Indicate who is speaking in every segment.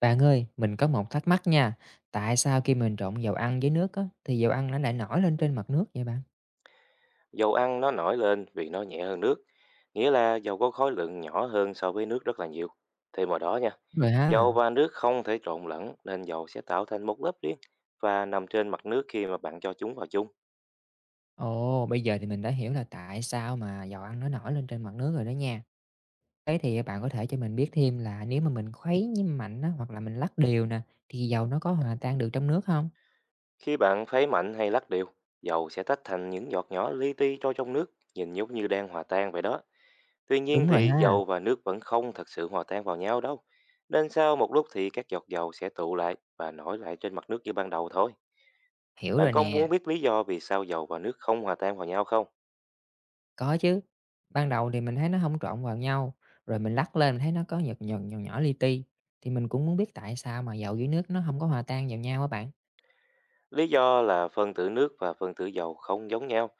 Speaker 1: Bạn ơi, mình có một thắc mắc nha. Tại sao khi mình trộn dầu ăn với nước á, thì dầu ăn nó lại nổi lên trên mặt nước vậy bạn?
Speaker 2: Dầu ăn nó nổi lên vì nó nhẹ hơn nước, nghĩa là dầu có khối lượng nhỏ hơn so với nước rất là nhiều. Thêm vào đó nha,
Speaker 1: Rồi
Speaker 2: dầu
Speaker 1: ha.
Speaker 2: và nước không thể trộn lẫn nên dầu sẽ tạo thành một lớp riêng và nằm trên mặt nước khi mà bạn cho chúng vào chung.
Speaker 1: Ồ, bây giờ thì mình đã hiểu là tại sao mà dầu ăn nó nổi lên trên mặt nước rồi đó nha. Thế thì bạn có thể cho mình biết thêm là nếu mà mình khuấy với mạnh á, hoặc là mình lắc đều nè, thì dầu nó có hòa tan được trong nước không?
Speaker 2: Khi bạn khuấy mạnh hay lắc đều, dầu sẽ tách thành những giọt nhỏ li ti trôi trong nước, nhìn giống như đang hòa tan vậy đó. Tuy nhiên
Speaker 1: Đúng rồi
Speaker 2: thì
Speaker 1: ha,
Speaker 2: dầu và nước vẫn không thật sự hòa tan vào nhau đâu. Nên sau một lúc thì các giọt dầu sẽ tụ lại và nổi lại trên mặt nước như ban đầu thôi.
Speaker 1: hiểu
Speaker 2: Bạn
Speaker 1: rồi
Speaker 2: có
Speaker 1: nè.
Speaker 2: muốn biết lý do vì sao dầu và nước không hòa tan vào nhau không?
Speaker 1: Có chứ, ban đầu thì mình thấy nó không trộn vào nhau, rồi mình lắc lên mình thấy nó có nhợt nhợt, nhỏ nhỏ li ti, thì mình cũng muốn biết tại sao mà dầu với nước nó không có hòa tan vào nhau á bạn.
Speaker 2: Lý do là phân tử nước và phân tử dầu không giống nhau.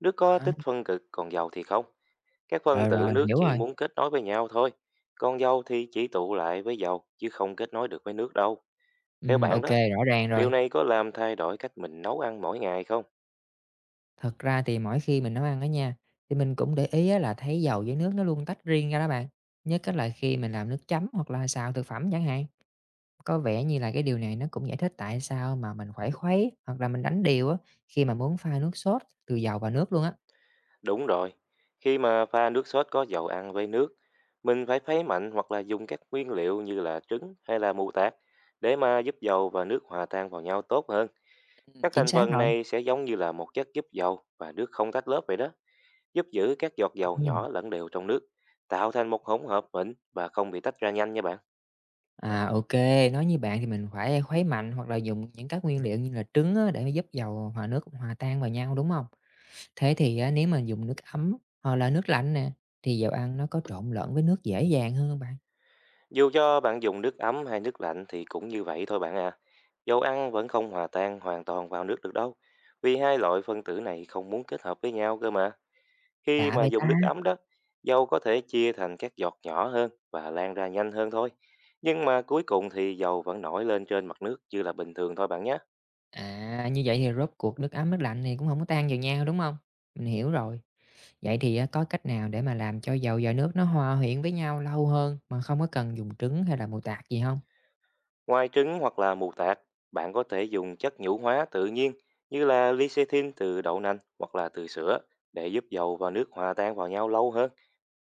Speaker 2: Nước có
Speaker 1: À,
Speaker 2: tích phân cực, còn dầu thì không. Các phân
Speaker 1: rồi,
Speaker 2: tử
Speaker 1: rồi,
Speaker 2: nước
Speaker 1: hiểu
Speaker 2: chỉ
Speaker 1: rồi,
Speaker 2: muốn kết nối với nhau thôi. Còn dầu thì chỉ tụ lại với dầu, chứ không kết nối được với nước đâu. Theo
Speaker 1: ô
Speaker 2: bạn đó,
Speaker 1: rõ ràng rồi.
Speaker 2: điều này có làm thay đổi cách mình nấu ăn mỗi ngày không?
Speaker 1: Thật ra thì mỗi khi mình nấu ăn á nha, thì mình cũng để ý á là thấy dầu với nước nó luôn tách riêng ra đó bạn, nhất á là khi mình làm nước chấm hoặc là xào thực phẩm chẳng hạn. Có vẻ như là cái điều này nó cũng giải thích tại sao mà mình khuấy khuấy hoặc là mình đánh đều á, khi mà muốn pha nước sốt từ dầu và nước luôn á.
Speaker 2: Đúng rồi. Khi mà pha nước sốt có dầu ăn với nước, mình phải khuấy mạnh hoặc là dùng các nguyên liệu như là trứng hay là mù tạt để mà giúp dầu và nước hòa tan vào nhau tốt hơn. Các
Speaker 1: Chính
Speaker 2: thành
Speaker 1: xác
Speaker 2: phần
Speaker 1: rồi.
Speaker 2: này sẽ giống như là một chất giúp dầu và nước không tách lớp vậy đó, giúp giữ các giọt dầu
Speaker 1: Ừm.
Speaker 2: nhỏ lẫn đều trong nước, tạo thành một hỗn hợp mịn và không bị tách ra nhanh nha bạn.
Speaker 1: À, OK, nói như bạn thì mình phải khuấy mạnh hoặc là dùng những các nguyên liệu như là trứng á, để giúp dầu hòa nước hòa tan vào nhau, đúng không? Thế thì á, nếu mà dùng nước ấm hoặc là nước lạnh nè, thì dầu ăn nó có trộn lẫn với nước dễ dàng hơn không bạn?
Speaker 2: Dù cho bạn dùng nước ấm hay nước lạnh thì cũng như vậy thôi bạn à. Dầu ăn vẫn không hòa tan hoàn toàn vào nước được đâu, vì hai loại phân tử này không muốn kết hợp với nhau cơ mà. Khi
Speaker 1: Lạ
Speaker 2: mà
Speaker 1: vậy ta?
Speaker 2: dùng nước ấm đó, dầu có thể chia thành các giọt nhỏ hơn và lan ra nhanh hơn thôi. Nhưng mà cuối cùng thì dầu vẫn nổi lên trên mặt nước như là bình thường thôi bạn nhé.
Speaker 1: À, như vậy thì rốt cuộc nước ấm, nước lạnh thì cũng không có tan vào nhau, đúng không? Mình hiểu rồi. Vậy thì á, có cách nào để mà làm cho dầu và nước nó hòa quyện với nhau lâu hơn mà không có cần dùng trứng hay là mù tạt gì không?
Speaker 2: Ngoài trứng hoặc là mù tạt, bạn có thể dùng chất nhũ hóa tự nhiên như là lycethin từ đậu nành hoặc là từ sữa để giúp dầu và nước hòa tan vào nhau lâu hơn.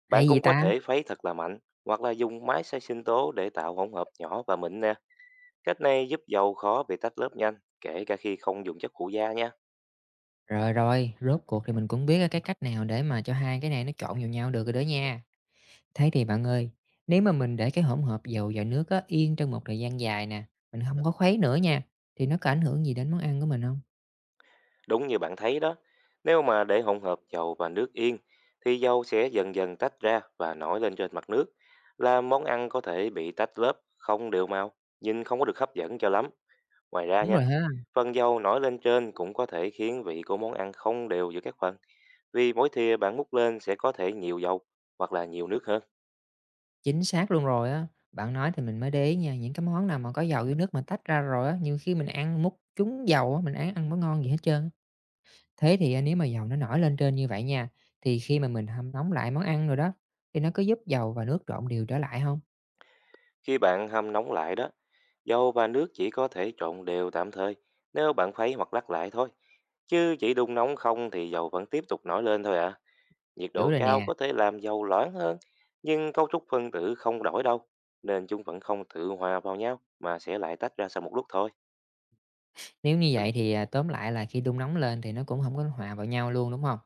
Speaker 2: Bạn
Speaker 1: Hay vậy
Speaker 2: cũng có
Speaker 1: ta?
Speaker 2: thể khuấy thật là mạnh hoặc là dùng máy xay sinh tố để tạo hỗn hợp nhỏ và mịn nè. Cách này giúp dầu khó bị tách lớp nhanh, kể cả khi không dùng chất phụ gia nha.
Speaker 1: Rồi, rồi, rốt cuộc thì mình cũng biết á cái cách nào để mà cho hai cái này nó trộn vào nhau được rồi đó nha. Thế thì bạn ơi, nếu mà mình để cái hỗn hợp dầu và nước á, yên trong một thời gian dài nè, mình không có khuấy nữa nha, thì nó có ảnh hưởng gì đến món ăn của mình không?
Speaker 2: Đúng như bạn thấy đó, nếu mà để hỗn hợp dầu và nước yên thì dầu sẽ dần dần tách ra và nổi lên trên mặt nước, làm món ăn có thể bị tách lớp không đều màu, nhìn không có được hấp dẫn cho lắm. Ngoài ra
Speaker 1: Đúng
Speaker 2: nha,
Speaker 1: rồi ha,
Speaker 2: phần dầu nổi lên trên cũng có thể khiến vị của món ăn không đều giữa các phần, vì mỗi thìa bạn múc lên sẽ có thể nhiều dầu hoặc là nhiều nước hơn.
Speaker 1: chính xác luôn rồi á. Bạn nói thì mình mới để ý nha, những cái món nào mà có dầu với nước mà tách ra rồi á, nhiều khi mình ăn múc trúng dầu á, mình ăn ăn có ngon gì hết trơn. Thế thì, à, nếu mà dầu nó nổi lên trên như vậy nha, thì khi mà mình hâm nóng lại món ăn rồi đó, thì nó có giúp dầu và nước trộn đều trở lại không?
Speaker 2: Khi bạn hâm nóng lại đó, dầu và nước chỉ có thể trộn đều tạm thời nếu bạn khuấy hoặc lắc lại thôi. Chứ chỉ đun nóng không thì dầu vẫn tiếp tục nổi lên thôi ạ. À, nhiệt
Speaker 1: Hiểu
Speaker 2: độ
Speaker 1: rồi
Speaker 2: cao
Speaker 1: nè.
Speaker 2: có thể làm dầu loãng hơn, nhưng cấu trúc phân tử không đổi đâu, nên chúng vẫn không tự hòa vào nhau mà sẽ lại tách ra sau một lúc thôi.
Speaker 1: Nếu như vậy thì, à, tóm lại là khi đun nóng lên thì nó cũng không có hòa vào nhau luôn, đúng không?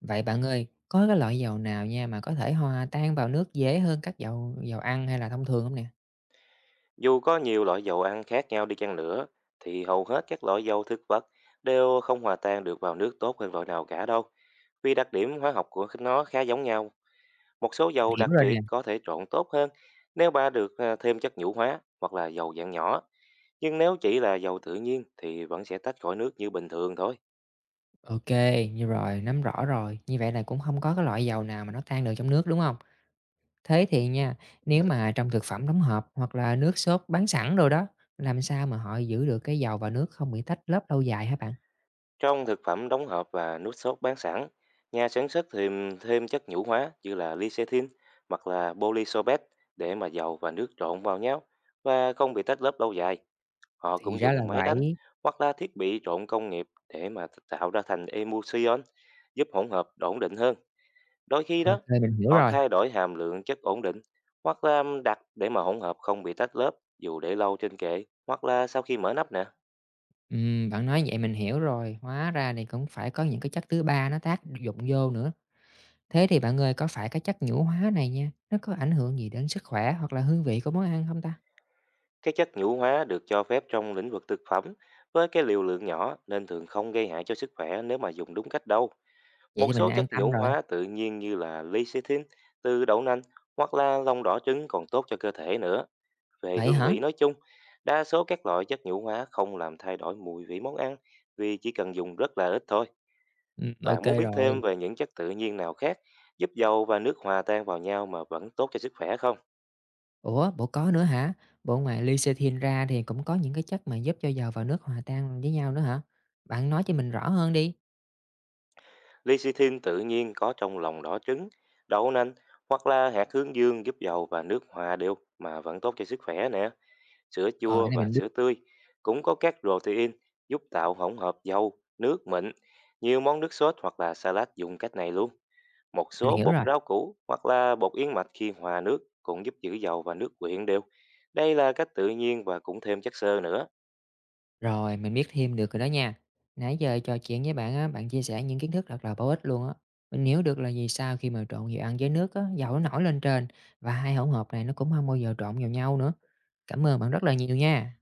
Speaker 1: Vậy bạn ơi, có cái loại dầu nào nha mà có thể hòa tan vào nước dễ hơn các dầu dầu ăn hay là thông thường không nè?
Speaker 2: Dù có nhiều loại dầu ăn khác nhau đi chăng nữa, thì hầu hết các loại dầu thực vật đều không hòa tan được vào nước tốt hơn loại nào cả đâu, vì đặc điểm hóa học của nó khá giống nhau. Một số dầu
Speaker 1: Mình hiểu
Speaker 2: đặc
Speaker 1: rồi nè.
Speaker 2: biệt có thể trộn tốt hơn nếu ba được à, thêm chất nhũ hóa hoặc là dầu dạng nhỏ. Nhưng nếu chỉ là dầu tự nhiên thì vẫn sẽ tách khỏi nước như bình thường thôi.
Speaker 1: OK như rồi, nắm rõ rồi, như vậy là cũng không có cái loại dầu nào mà nó tan được trong nước, đúng không? Thế thì nha, nếu mà trong thực phẩm đóng hộp hoặc là nước sốt bán sẵn đồ đó, làm sao mà họ giữ được cái dầu và nước không bị tách lớp lâu dài hả bạn?
Speaker 2: Trong thực phẩm đóng hộp và nước sốt bán sẵn, nhà sản xuất thêm thêm chất nhũ hóa như là lysethin hoặc là polysorbate để mà dầu và nước trộn vào nhau và không bị tách lớp lâu dài. Họ
Speaker 1: Thì
Speaker 2: cũng
Speaker 1: ra là
Speaker 2: dùng máy
Speaker 1: vậy,
Speaker 2: đánh hoặc là thiết bị trộn công nghiệp để mà tạo ra thành emulsion giúp hỗn hợp ổn định hơn. Đôi khi đó,
Speaker 1: OK mình hiểu
Speaker 2: họ
Speaker 1: rồi.
Speaker 2: thay đổi hàm lượng chất ổn định hoặc là đặt để mà hỗn hợp không bị tách lớp dù để lâu trên kệ hoặc là sau khi mở nắp nè.
Speaker 1: Bạn nói vậy mình hiểu rồi, hóa ra thì cũng phải có những cái chất thứ ba nó tác dụng vô nữa. Thế thì bạn ơi, có phải cái chất nhũ hóa này nha, nó có ảnh hưởng gì đến sức khỏe hoặc là hương vị của món ăn không ta?
Speaker 2: Cái chất nhũ hóa được cho phép trong lĩnh vực thực phẩm với cái liều lượng nhỏ nên thường không gây hại cho sức khỏe nếu mà dùng đúng cách đâu.
Speaker 1: Vậy thì
Speaker 2: Một
Speaker 1: mình
Speaker 2: số
Speaker 1: an
Speaker 2: chất
Speaker 1: tâm
Speaker 2: nhũ
Speaker 1: rồi.
Speaker 2: hóa tự nhiên như là lecithin từ đậu nành hoặc là lòng đỏ trứng còn tốt cho cơ thể nữa. Về
Speaker 1: Vậy
Speaker 2: hương
Speaker 1: hả?
Speaker 2: vị nói chung, đa số các loại chất nhũ hóa không làm thay đổi mùi vị món ăn vì chỉ cần dùng rất là ít thôi.
Speaker 1: Ô
Speaker 2: Bạn muốn biết
Speaker 1: rồi.
Speaker 2: thêm về những chất tự nhiên nào khác giúp dầu và nước hòa tan vào nhau mà vẫn tốt cho sức khỏe không?
Speaker 1: Ủa, bộ có nữa hả? Bộ ngoài lecithin ra thì cũng có những cái chất mà giúp cho dầu và nước hòa tan với nhau nữa hả? Bạn nói cho mình rõ hơn đi.
Speaker 2: Lecithin tự nhiên có trong lòng đỏ trứng, đậu nành hoặc là hạt hướng dương giúp dầu và nước hòa đều mà vẫn tốt cho sức khỏe nè. Sữa
Speaker 1: Rồi, cái
Speaker 2: chua
Speaker 1: này
Speaker 2: và
Speaker 1: mình biết,
Speaker 2: sữa tươi cũng có các protein giúp tạo hỗn hợp dầu, nước mịn. Nhiều món nước sốt hoặc là salad dùng cách này luôn. Một
Speaker 1: mình
Speaker 2: số
Speaker 1: hiểu
Speaker 2: bột
Speaker 1: rồi.
Speaker 2: rau củ hoặc là bột yến mạch khi hòa nước cũng giúp giữ dầu và nước quyện đều. Đây là cách tự nhiên và cũng thêm chất xơ nữa.
Speaker 1: Rồi, mình biết thêm được rồi đó nha. Nãy giờ trò chuyện với bạn á, bạn chia sẻ những kiến thức thật là bổ ích luôn á. Mình hiểu được là vì sao khi mà trộn nhiều ăn với nước á, dầu nó nổi lên trên và hai hỗn hợp này nó cũng không bao giờ trộn vào nhau nữa. Cảm ơn bạn rất là nhiều nha.